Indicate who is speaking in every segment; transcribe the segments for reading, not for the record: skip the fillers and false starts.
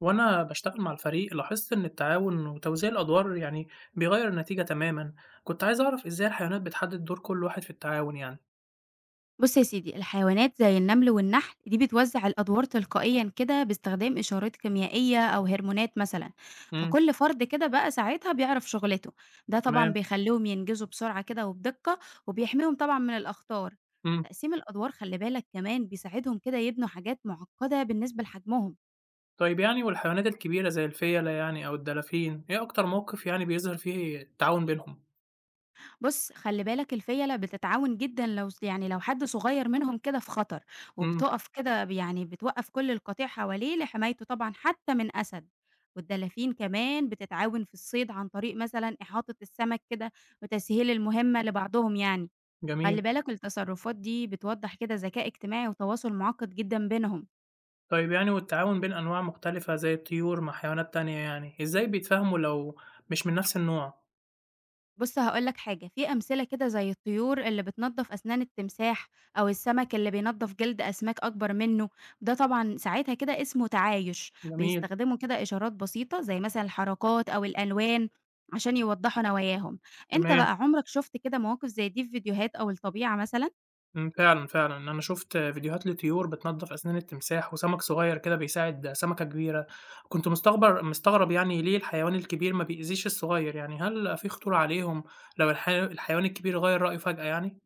Speaker 1: وانا بشتغل مع الفريق لاحظت ان التعاون وتوزيع الادوار يعني بيغير النتيجة تماما. كنت عايز اعرف ازاي الحيوانات بتحدد دور كل واحد في التعاون يعني.
Speaker 2: بُص يا سيدي، الحيوانات زي النمل والنحل دي بتوزع الأدوار تلقائيًا كده باستخدام إشارات كيميائية أو هرمونات مثلًا،
Speaker 1: امم.
Speaker 2: فكل فرد كده بقى ساعتها بيعرف شغلته، ده طبعًا
Speaker 1: تمام.
Speaker 2: بيخلّيهم ينجزوا بسرعة كده وبدقة وبيحميهم طبعًا من الأخطار،
Speaker 1: امم.
Speaker 2: تقسيم الأدوار خلّي بالك كمان بيساعدهم كده يبنوا حاجات معقدة بالنسبة لحجمهم.
Speaker 1: طيب يعني والحيوانات الكبيرة زي الفيلة يعني او الدلافين ايه اكتر موقف يعني بيظهر فيه التعاون بينهم؟
Speaker 2: بُص، خلّي بالك الفيلة بتتعاون جدًا لو س يعني لو حد صغير منهم كده في خطر،
Speaker 1: امم.
Speaker 2: وبتُقف كده ب يعني بتوقّف كل القطيع حواليه لحمايته طبعًا حتى من أسد، والدلافين كمان بتتعاون في الصيد عن طريق مثلًا إحاطة السمك كده وتسهيل المهمة لبعضهم يعني، خلّي
Speaker 1: جميل.
Speaker 2: بالك التصرفات دي بتوضّح كده ذكاء اجتماعي وتواصل معقّد جدًا بينهم.
Speaker 1: طيب يعني والتعاون بين انواع مختلفة زي الطيور مع حيوانات تانية يعني ازاي بيتفاهموا لو مش من نفس النوع؟
Speaker 2: بُص هاقول لك حاجة، في أمثلة كده زي الطيور اللي بتنضّف أسنان التمساح، أو السمك اللي بينضّف جلد أسماك أكبر منه، ده طبعًا ساعتها كده اسمه تعايش،
Speaker 1: جميل.
Speaker 2: بيستخدموا كده إشارات بسيطة زي مثلًا الحركات أو الألوان عشان يوضّحوا نواياهم، أنت
Speaker 1: تمام.
Speaker 2: بقى عمرك شُفت كده مواقف زي دي في فيديوهات أو الطبيعة مثلًا؟
Speaker 1: إمم، فعلًا، فعلًا، أنا شُفت فيديوهات لطيور بتنضّف أسنان التمساح، وسمك صغير كده بيساعد سمكة كبيرة، كنت مستغرب يعني ليه الحيوان الكبير ما بيأذيش الصغير، يعني هل في خطورة عليهم لو الحيوان الكبير غيّر رأيه فجأة يعني؟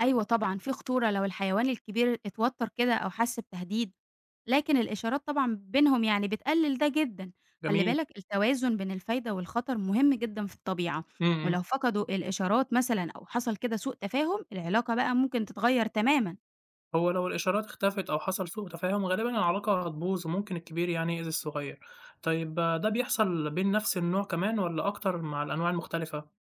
Speaker 2: أيوه طبعًا، في خطورة لو الحيوان الكبير اتوتر كده أو حس بتهديد، لكن الإشارات طبعًا بينهم يعني بتقلل ده جدًا، خلّي
Speaker 1: جميل،
Speaker 2: بالك التوازن بين الفايدة والخطر مهم جدًا في الطبيعة،
Speaker 1: إمم، إمم،
Speaker 2: ولو فقدوا الإشارات مثلًا أو حصل كده سوء تفاهم، العلاقة بقى ممكن تتغير تمامًا.
Speaker 1: هو لو الإشارات اختفت أو حصل سوء تفاهم غالبًا العلاقة هتبوظ، وممكن الكبير يعني يأذي الصغير، طيب آه، ده بيحصل بين نفس النوع كمان والّا أكتر مع الأنواع المختلفة؟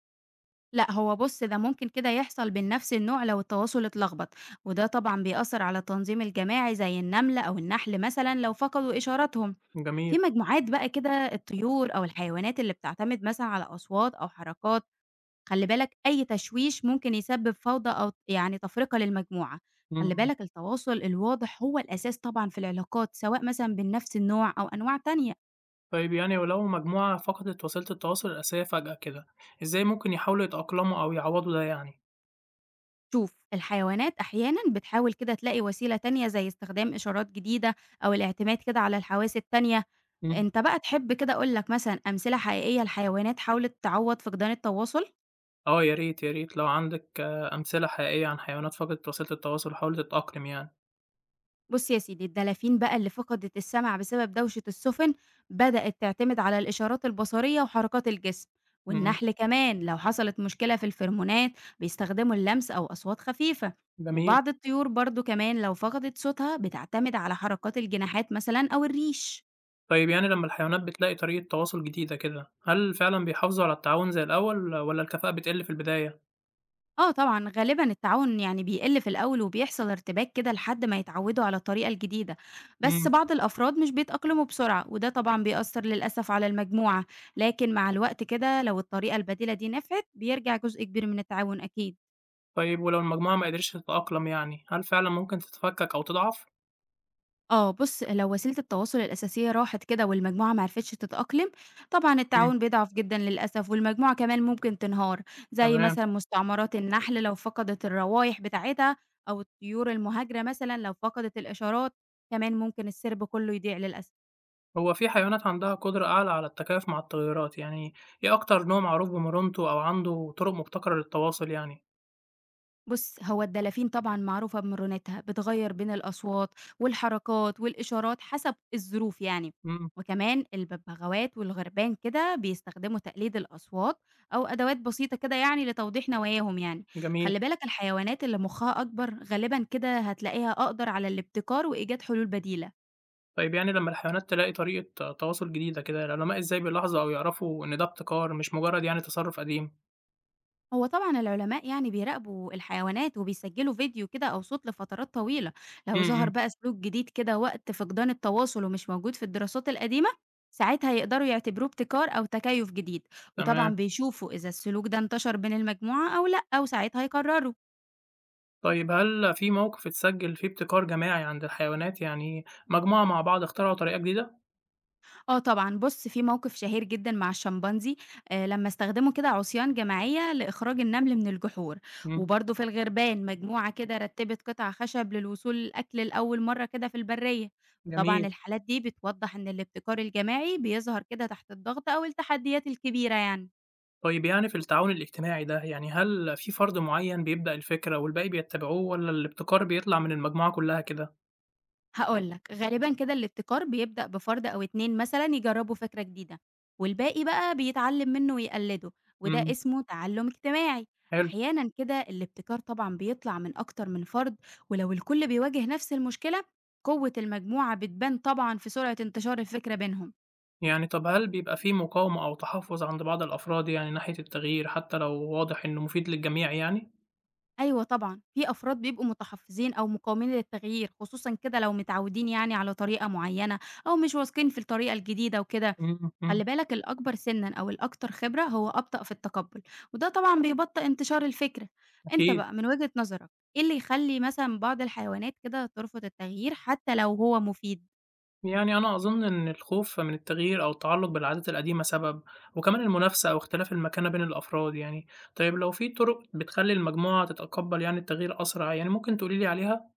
Speaker 2: لأ، هو بُص، ده ممكن كده يحصل بين نفس النوع لو التواصل اتلخبط، وده طبعًا بيأثّر على التنظيم الجماعي زي النملة أو النحل مثلًا لو فقدوا إشاراتهم.
Speaker 1: جميل،
Speaker 2: في مجموعات بقى كده الطيور أو الحيوانات اللي بتعتمد مثلًا على أصوات أو حركات، خلّي بالك أي تشويش ممكن يسبب فوضى أو يعني تفرقة للمجموعة.
Speaker 1: إمم،
Speaker 2: خلّي
Speaker 1: إمم.
Speaker 2: بالك التواصل الواضح هو الأساس طبعًا في العلاقات، سواء مثلًا بين نفس النوع أو أنواع تانية.
Speaker 1: طيب يعني ولو مجموعة فقدت وسيلة التواصل الأساسية فجأة كده، إزاي ممكن يحاولوا يتأقلموا أو يعوضوا ده يعني؟
Speaker 2: شوف الحيوانات أحيانا بتحاول كده تلاقي وسيلة تانية زي استخدام إشارات جديدة أو الاعتماد كده على الحواس التانية.
Speaker 1: إمم.
Speaker 2: أنت بقى تحب كده أقولك مثلا أمثلة حقيقية الحيوانات حاولت تعوض فقدان التواصل؟
Speaker 1: آه يا ريت، يا ريت لو عندك آه، أمثلة حقيقية عن حيوانات فقدت وسيلة التواصل وحاولت تتأقلم يعني.
Speaker 2: بُص يا سيدي، الدلافين بقى اللي فقدت السمع بسبب دوشة السُفن، بدأت تعتمد على الإشارات البصرية وحركات الجسم،
Speaker 1: إمم،
Speaker 2: والنحل كمان لو حصلت مشكلة في الفرمونات بيستخدموا اللمس أو أصوات خفيفة،
Speaker 1: جميل.
Speaker 2: وبعض الطيور برضه كمان لو فقدت صوتها بتعتمد على حركات الجناحات مثلًا أو الريش.
Speaker 1: طيب يعني لمّا الحيوانات بتلاقي طريقة تواصل جديدة كده، هل فعلًا بيحافظوا على التعاون زي الأول والّا الكفاءة بتقل في البداية؟
Speaker 2: آه طبعًا، غالبًا التعاون يعني بيقِل في الأول وبيحصل ارتباك كده لحد ما يتعوّدوا على الطريقة الجديدة، بس
Speaker 1: إمم.
Speaker 2: بعض الأفراد مش بيتأقلموا بسرعة وده طبعًا بيأثّر للأسف على المجموعة، لكن مع الوقت كده لو الطريقة البديلة دي نفعت بيرجع جزء كبير من التعاون أكيد.
Speaker 1: طيب ولو المجموعة ما قدرتش تتأقلم يعني، هل فعلًا ممكن تتفكك أو تضعف؟
Speaker 2: آه بُص، لو وسيلة التواصل الأساسية راحت كده والمجموعة ما عرفتش تتأقلم، طبعًا
Speaker 1: إمم،
Speaker 2: التعاون بيضعف جدًا للأسف والمجموعة كمان ممكن تنهار، زي
Speaker 1: تمام.
Speaker 2: مثلًا مستعمرات النحل لو فقدت الروايح بتاعتها أو الطيور المهاجرة مثلًا لو فقدت الإشارات، كمان ممكن السرب كله يضيع للأسف.
Speaker 1: هو في حيوانات عندها قدرة أعلى على التكيف مع التغيرات يعني إيه أكتر نوع معروف بمرونته أو عنده طرق مبتكرة للتواصل يعني؟
Speaker 2: بُص، هو الدلافين طبعًا معروفة بمرونتها، بتغيّر بين الأصوات والحركات والإشارات حسب الظروف يعني،
Speaker 1: إمم،
Speaker 2: وكمان الببغاوات والغربان كده بيستخدموا تقليد الأصوات أو أدوات بسيطة كده يعني لتوضيح نواياهم يعني،
Speaker 1: جميل،
Speaker 2: خلّي بالك الحيوانات اللي مُخّها أكبر غالبًا كده هتلاقيها أقدر على الابتكار وإيجاد حلول بديلة.
Speaker 1: طيب يعني لما الحيوانات تلاقي طريقة تواصل جديدة كده العلماء إزاي بيلاحظوا أو يعرفوا إن ده ابتكار مش مجرد يعني تصرف قديم؟
Speaker 2: هو طبعًا العلماء يعني بيراقبوا الحيوانات وبيسجلوا فيديو كده أو صوت لفترات طويلة، لو
Speaker 1: إمم،
Speaker 2: ظهر
Speaker 1: إمم،
Speaker 2: بقى سلوك جديد كده وقت فقدان التواصل ومش موجود في الدراسات القديمة، ساعتها يقدروا يعتبروه ابتكار أو تكيُّف جديد،
Speaker 1: تمام،
Speaker 2: وطبعًا بيشوفوا إذا السلوك ده انتشر بين المجموعة أو لأ، وساعتها يقرروا.
Speaker 1: طيب هل في موقف اتسجل فيه ابتكار جماعي عند الحيوانات يعني مجموعة مع بعض اخترعوا طريقة جديدة؟
Speaker 2: آه طبعًا، بُص في موقف شهير جدًا مع الشمبانزي لمّا استخدموا كده عصيان جماعية لإخراج النمل من الجحور،
Speaker 1: إمم،
Speaker 2: وبرضه في الغربان مجموعة كده رتّبت قطع خشب للوصول للأكل لأول مرّة كده في البرية، وطبعًا
Speaker 1: جميل.
Speaker 2: الحالات دي بتوضّح إن الابتكار الجماعي بيظهر كده تحت الضغط أو التحديات الكبيرة يعني.
Speaker 1: طيب يعني في التعاون الاجتماعي ده، يعني هل في فرد معيّن بيبدأ الفكرة والباقي بيتّبعوه والّا الابتكار بيطلع من المجموعة كلّها كده؟
Speaker 2: هاقول لك، غالبًا كده الابتكار بيبدأ بفرد أو 2 مثلًا يجرّبوا فكرة جديدة، والباقي بقى بيتعلّم منّه ويقلّده، وده
Speaker 1: إمم،
Speaker 2: اسمه تعلُّم اجتماعي.
Speaker 1: حلو.
Speaker 2: أحيانًا كده الابتكار طبعًا بيطلع من أكتر من فرد، ولو الكل بيواجه نفس المشكلة، قوة المجموعة بتبان طبعًا في سرعة انتشار الفكرة بينهم.
Speaker 1: يعني طَب هل بيبقى في مقاومة أو تحفُّظ عند بعض الأفراد يعني ناحية التغيير حتّى لو واضح إنه مفيد للجميع يعني؟
Speaker 2: أيوه طبعًا، في أفراد بيبقوا متحفّظين أو مقاومين للتغيير، خصوصًا كده لو متعوّدين يعني على طريقة معيّنة أو مش واثقين في الطريقة الجديدة وكده.
Speaker 1: إمم، إمم،
Speaker 2: خلّي بالك الأكبر سِنًا أو الأكتر خبرة هو أبطأ في التقبُّل، وده طبعًا بيبطّئ انتشار الفكرة. أنت
Speaker 1: أكيد.
Speaker 2: بقى من وجهة نظرك، إيه اللي يخلّي مثلًا بعض الحيوانات كده ترفض التغيير حتى لو هو مفيد؟
Speaker 1: يعني أنا أظُن إن الخوف من التغيير أو التعلُّق بالعادات القديمة سبب وكمان المنافسة أو اختلاف المكانة بين الأفراد يعني. طيب لو في طُرق بتخلّي المجموعة تتقبّل يعني التغيير أسرع، يعني ممكن تقولي لي عليها؟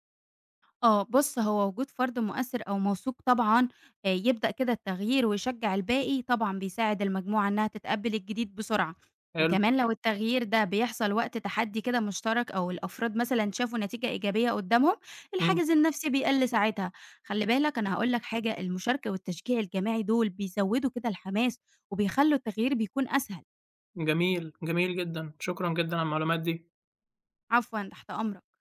Speaker 2: آه، بُص هو وجود فرد مؤثر أو موثوق طبعًا يبدأ كده التغيير ويشجع الباقي طبعًا بيساعد المجموعة إنها تتقبل الجديد بسرعة،
Speaker 1: حلو.
Speaker 2: وكمان لو تمام. التغيير ده بيحصل وقت تحدي كده مشترك أو الأفراد مثلًا شافوا نتيجة إيجابية قدامهم،
Speaker 1: إمم.
Speaker 2: الحاجز النفسي بيقل ساعتها، خلّي بالك أنا هاقول لك حاجة المشاركة والتشجيع الجماعي دول بيزودوا كده الحماس، وبيخلّوا التغيير بيكون أسهل،
Speaker 1: جميل، جميل جدًا، شكرًا جدًا على المعلومات دي.
Speaker 2: عفوًا تحت أمرك.